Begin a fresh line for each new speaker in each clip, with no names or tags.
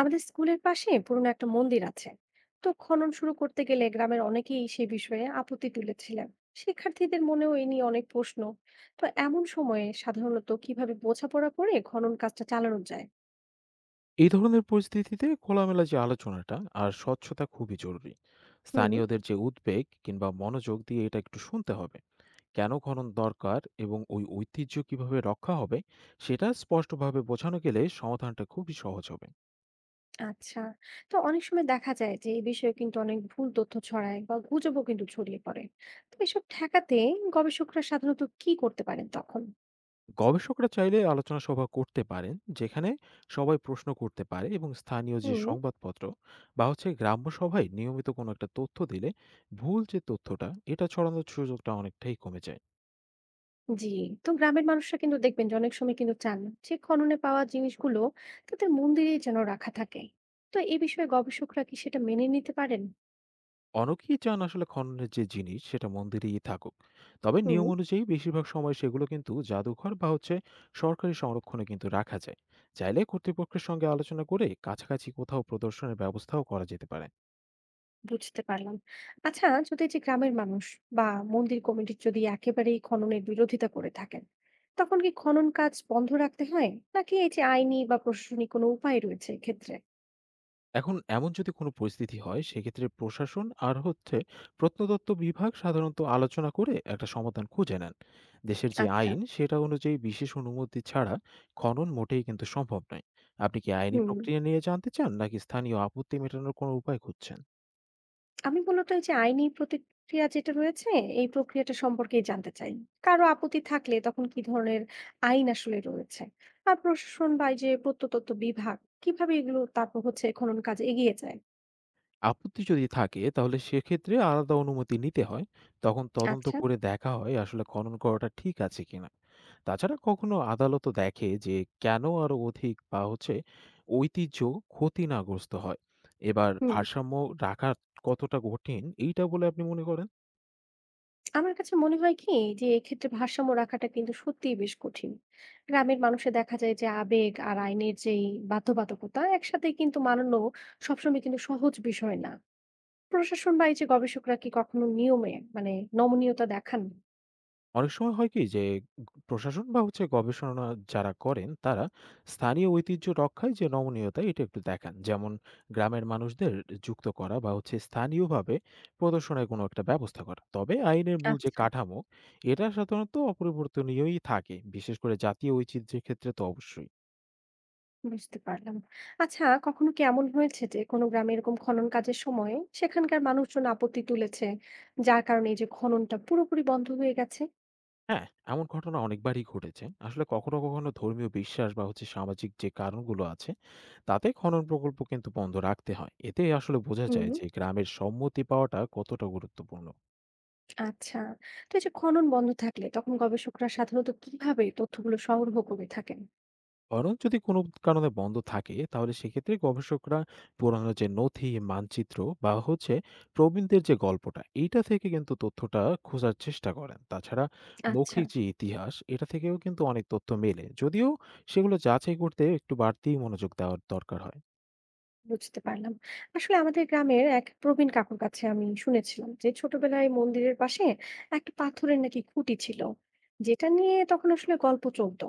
আমাদের স্কুলের পাশে পুরনো একটা মন্দির আছে। তো খনন শুরু করতে গেলে গ্রামের অনেকেই সে বিষয়ে আপত্তি তুলেছিলেন। শিক্ষার্থীদের মনেও এই নিয়ে অনেক প্রশ্ন। তো এমন সময়ে সাধারণত কিভাবে বোঝাপড়া করে খনন কাজটা চালানো যায়?
এই ধরনের পরিস্থিতিতে খোলামেলা যে আলোচনাটা আর স্বচ্ছতা খুবই জরুরি।
হুম।
স্থানীয়দের যে উদ্বেগ কিংবা মনোযোগ দিয়ে এটা একটু শুনতে হবে। কেন খনন দরকার এবং ওই ঐতিহ্য কিভাবে রক্ষা হবে সেটা স্পষ্টভাবে বোঝানো গেলে সমাধানটা খুবই সহজ হবে।
আচ্ছা। তো অনেক সময় দেখা যায় যে এই বিষয়ে কিন্তু অনেক ভুল তথ্য ছড়ায় বা গুজবও কিন্তু ছড়িয়ে পড়ে। তো এসব ঠেকাতে গবেষকরা সাধারণত কি করতে পারেন তখন?
গবেষকরা চাইলে আলোচনা সভা করতে পারেন, যেখানে সবাই প্রশ্ন করতে পারে, এবং স্থানীয় যে
হুম।
সংবাদপত্র বা হচ্ছে গ্রাম্য সভায় নিয়মিত কোনো একটা তথ্য দিলে ভুল যে তথ্যটা এটা ছড়ানোর সুযোগটা অনেকটাই কমে যায়।
জি। তো গ্রামের মানুষরা কিন্তু দেখবেন যে অনেক সময় কিন্তু চান যে খননে পাওয়া জিনিসগুলো তাদের মন্দিরে যেন রাখা থাকে। তো এই বিষয়ে গবেষকরা কি সেটা মেনে নিতে পারেন?
অনেকেই চান আসলে খননের যে জিনিস সেটা মন্দিরেই থাকুক, তবে
হুম।
নিয়ম অনুযায়ী বেশিরভাগ সময় সেগুলো কিন্তু জাদুঘর বা হচ্ছে সরকারি সংরক্ষণে কিন্তু রাখা যায়। চাইলে কর্তৃপক্ষের সঙ্গে আলোচনা করে কাছাকাছি কোথাও প্রদর্শনের ব্যবস্থাও করা যেতে পারে।
বুঝতে পারলাম। আচ্ছা, যদি যে গ্রামের মানুষ বা মন্দির কমিটি যদি একেবারেই খননের বিরোধিতা করে থাকেন, তখন কি খনন কাজ বন্ধ রাখতে হয়, নাকি এই যে আইনি বা প্রশাসনিক কোনো উপায় রয়েছে এক্ষেত্রে?
এখন এমন যদি কোনো পরিস্থিতি হয় সেক্ষেত্রে প্রশাসন আর হচ্ছে প্রত্নতত্ত্ব বিভাগ সাধারণত আলোচনা করে একটা সমাধান খুঁজে নেন। দেশের যে
আচ্ছা।
আইন সেটা অনুযায়ী বিশেষ অনুমতি ছাড়া খনন মোটেই কিন্তু সম্ভব নয়। আপনি কি আইনি
হুম।
প্রক্রিয়া নিয়ে জানতে চান নাকি স্থানীয় আপত্তি মেটানোর কোনো উপায় খুঁজছেন?
আমি মূলত এই যে আইনি প্রতিক্রিয়া যেটা রয়েছে, এই প্রক্রিয়াটা সম্পর্কেই জানতে চাই। কারো আপত্তি থাকলে তখন কি ধরনের আইন আসলে রয়েছে, আর প্রশাসন বা এই যে প্রত্নতত্ত্ব বিভাগ কিভাবে এগুলো তারপর হচ্ছে খনন কাজ এগিয়ে যায়।
আপত্তি যদি থাকে তাহলে সেক্ষেত্রে আলাদা অনুমতি নিতে হয়। তখন তদন্ত
আচ্ছা।
করে দেখা হয় আসলে খনন করাটা ঠিক আছে কিনা। তাছাড়া কখনো আদালতও দেখে যে কেন আরো অধিক বা হচ্ছে ঐতিহ্য ক্ষতিগ্রস্ত হয়। এবার
হুম।
ভারসাম্য রাখা কতটা কঠিন এইটা বলে আপনি মনে করেন?
আমার কাছে মনে হয় কি, যে এক্ষেত্রে ভারসাম্য রাখাটা কিন্তু সত্যিই বেশ কঠিন। গ্রামের মানুষে দেখা যায় যে আবেগ আর আইনের যেই বাধ্যবাধকতা একসাথে কিন্তু মানানো সবসময় কিন্তু সহজ বিষয় না। প্রশাসন বা এই যে গবেষকরা কি কখনো নিয়মে মানে নমনীয়তা দেখান?
অনেক সময় হয় কি যে প্রশাসন বা হচ্ছে গবেষণা যারা করেন তারা স্থানীয় ঐতিহ্য রক্ষায় যে নমনীয়তা এটা একটু দেখান, যেমন গ্রামের মানুষদের যুক্ত করা বা হচ্ছে স্থানীয়ভাবে প্রদর্শনের কোনো একটা ব্যবস্থা করা। তবে আইনের মূল যে
আচ্ছা।
কাঠামো এটা সাধারণত অপরিবর্তনীয়ই থাকে, বিশেষ করে জাতীয় ঐতিহ্যের ক্ষেত্রে তো অবশ্যই।
বুঝতে পারলাম। আচ্ছা, কখনো কি এমন হয়েছে যে কোনো গ্রামে এরকম খনন কাজের সময়ে সেখানকার মানুষজন আপত্তি তুলেছে, যার কারণে এই যে খননটা পুরোপুরি বন্ধ হয়ে গেছে?
হ্যাঁ, এমন ঘটনা অনেকবারই ঘটেছে। আসলে কখনো, কখনো ধর্মীয় বিশ্বাস বা হচ্ছে সামাজিক যে কারণগুলো আছে, তাতে খনন প্রকল্প কিন্তু বন্ধ রাখতে হয়। এতে আসলে বোঝা
হুম।
যায় যে গ্রামের সম্মতি পাওয়াটা কতটা গুরুত্বপূর্ণ।
আচ্ছা। তো এই যে খনন বন্ধ থাকলে তখন গবেষকরা সাধারণত কিভাবে তথ্যগুলো সংগ্রহ করে থাকেন?
খনন যদি কোনো কারণে বন্ধ থাকে, তাহলে সেক্ষেত্রে গবেষকরা পুরানো যে নথি, মানচিত্র বা হচ্ছে প্রবীণদের যে গল্পটা, এইটা থেকে কিন্তু তথ্যটা খোঁজার চেষ্টা করেন। তাছাড়া
আচ্ছা।
মৌখিক যে ইতিহাস, এটা থেকেও কিন্তু অনেক তথ্য মেলে। যদিও সেগুলো যাচাই করতে একটু বাড়তি মনোযোগ দেওয়ার দরকার হয়।
বুঝতে পারলাম। আসলে আমাদের গ্রামের এক প্রবীণ কাকুর কাছে আমি শুনেছিলাম যে ছোটবেলায় মন্দিরের পাশে একটা পাথরের নাকি খুঁটি ছিল, যেটা নিয়ে তখন আসলে গল্প চলতো।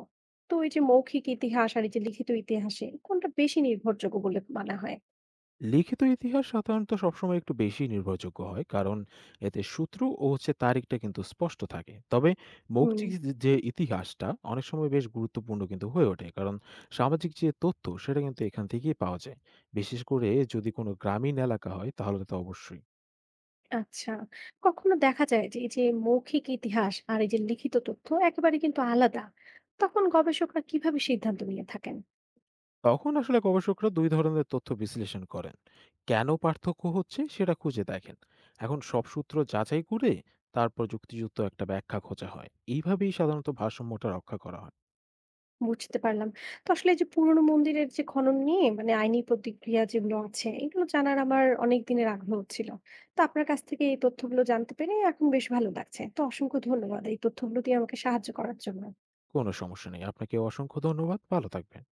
তো এই যে মৌখিক ইতিহাস আর এই যে লিখিত ইতিহাসে কোনটা বেশি নির্ভরযোগ্য বলে মানা হয়?
লিখিত ইতিহাস সাধারণত সবসময় একটু বেশি নির্ভরযোগ্য হয়, কারণ এতে সূত্র ও হচ্ছে তারিখটা কিন্তু স্পষ্ট থাকে। তবে
হুম।
মৌখিক যে যে ইতিহাসটা অনেক সময় বেশ গুরুত্বপূর্ণ কিন্তু হয়ে ওঠে, কারণ সামাজিক যে তথ্য সেটা কিন্তু এখান থেকেই পাওয়া যায়, বিশেষ করে যদি কোনো গ্রামীণ এলাকা হয় তাহলে তো অবশ্যই।
আচ্ছা, কখনো দেখা যায় যে এই যে মৌখিক ইতিহাস আর এই যে লিখিত তথ্য একেবারে কিন্তু আলাদা। তখন গবেষকরা কিভাবে সিদ্ধান্ত নিয়ে থাকেন?
তখন আসলে গবেষকরা দুই ধরনের তথ্য বিশ্লেষণ করেন, কেন পার্থক্য হচ্ছে সেটা খুঁজে দেখেন। এখন সব সূত্র যাচাই করে তারপর যুক্তিযুক্ত একটা ব্যাখ্যা খোঁজা হয়। এইভাবেই সাধারণত ভারসাম্যটা রক্ষা করা হয়।
বুঝতে পারলাম। তো আসলে এই যে পুরনো মন্দিরের যে খনন নিয়ে মানে আইনি প্রতিক্রিয়া যেগুলো আছে, এগুলো জানার আমার অনেক দিনের আগ্রহ ছিল। তো আপনার কাছ থেকে এই তথ্যগুলো জানতে পেরে এখন বেশ ভালো লাগছে। তো অসংখ্য ধন্যবাদ এই তথ্যগুলো দিয়ে আমাকে সাহায্য করার জন্য।
কোনো সমস্যা নেই। আপনাকে অসংখ্য ধন্যবাদ। ভালো থাকবেন।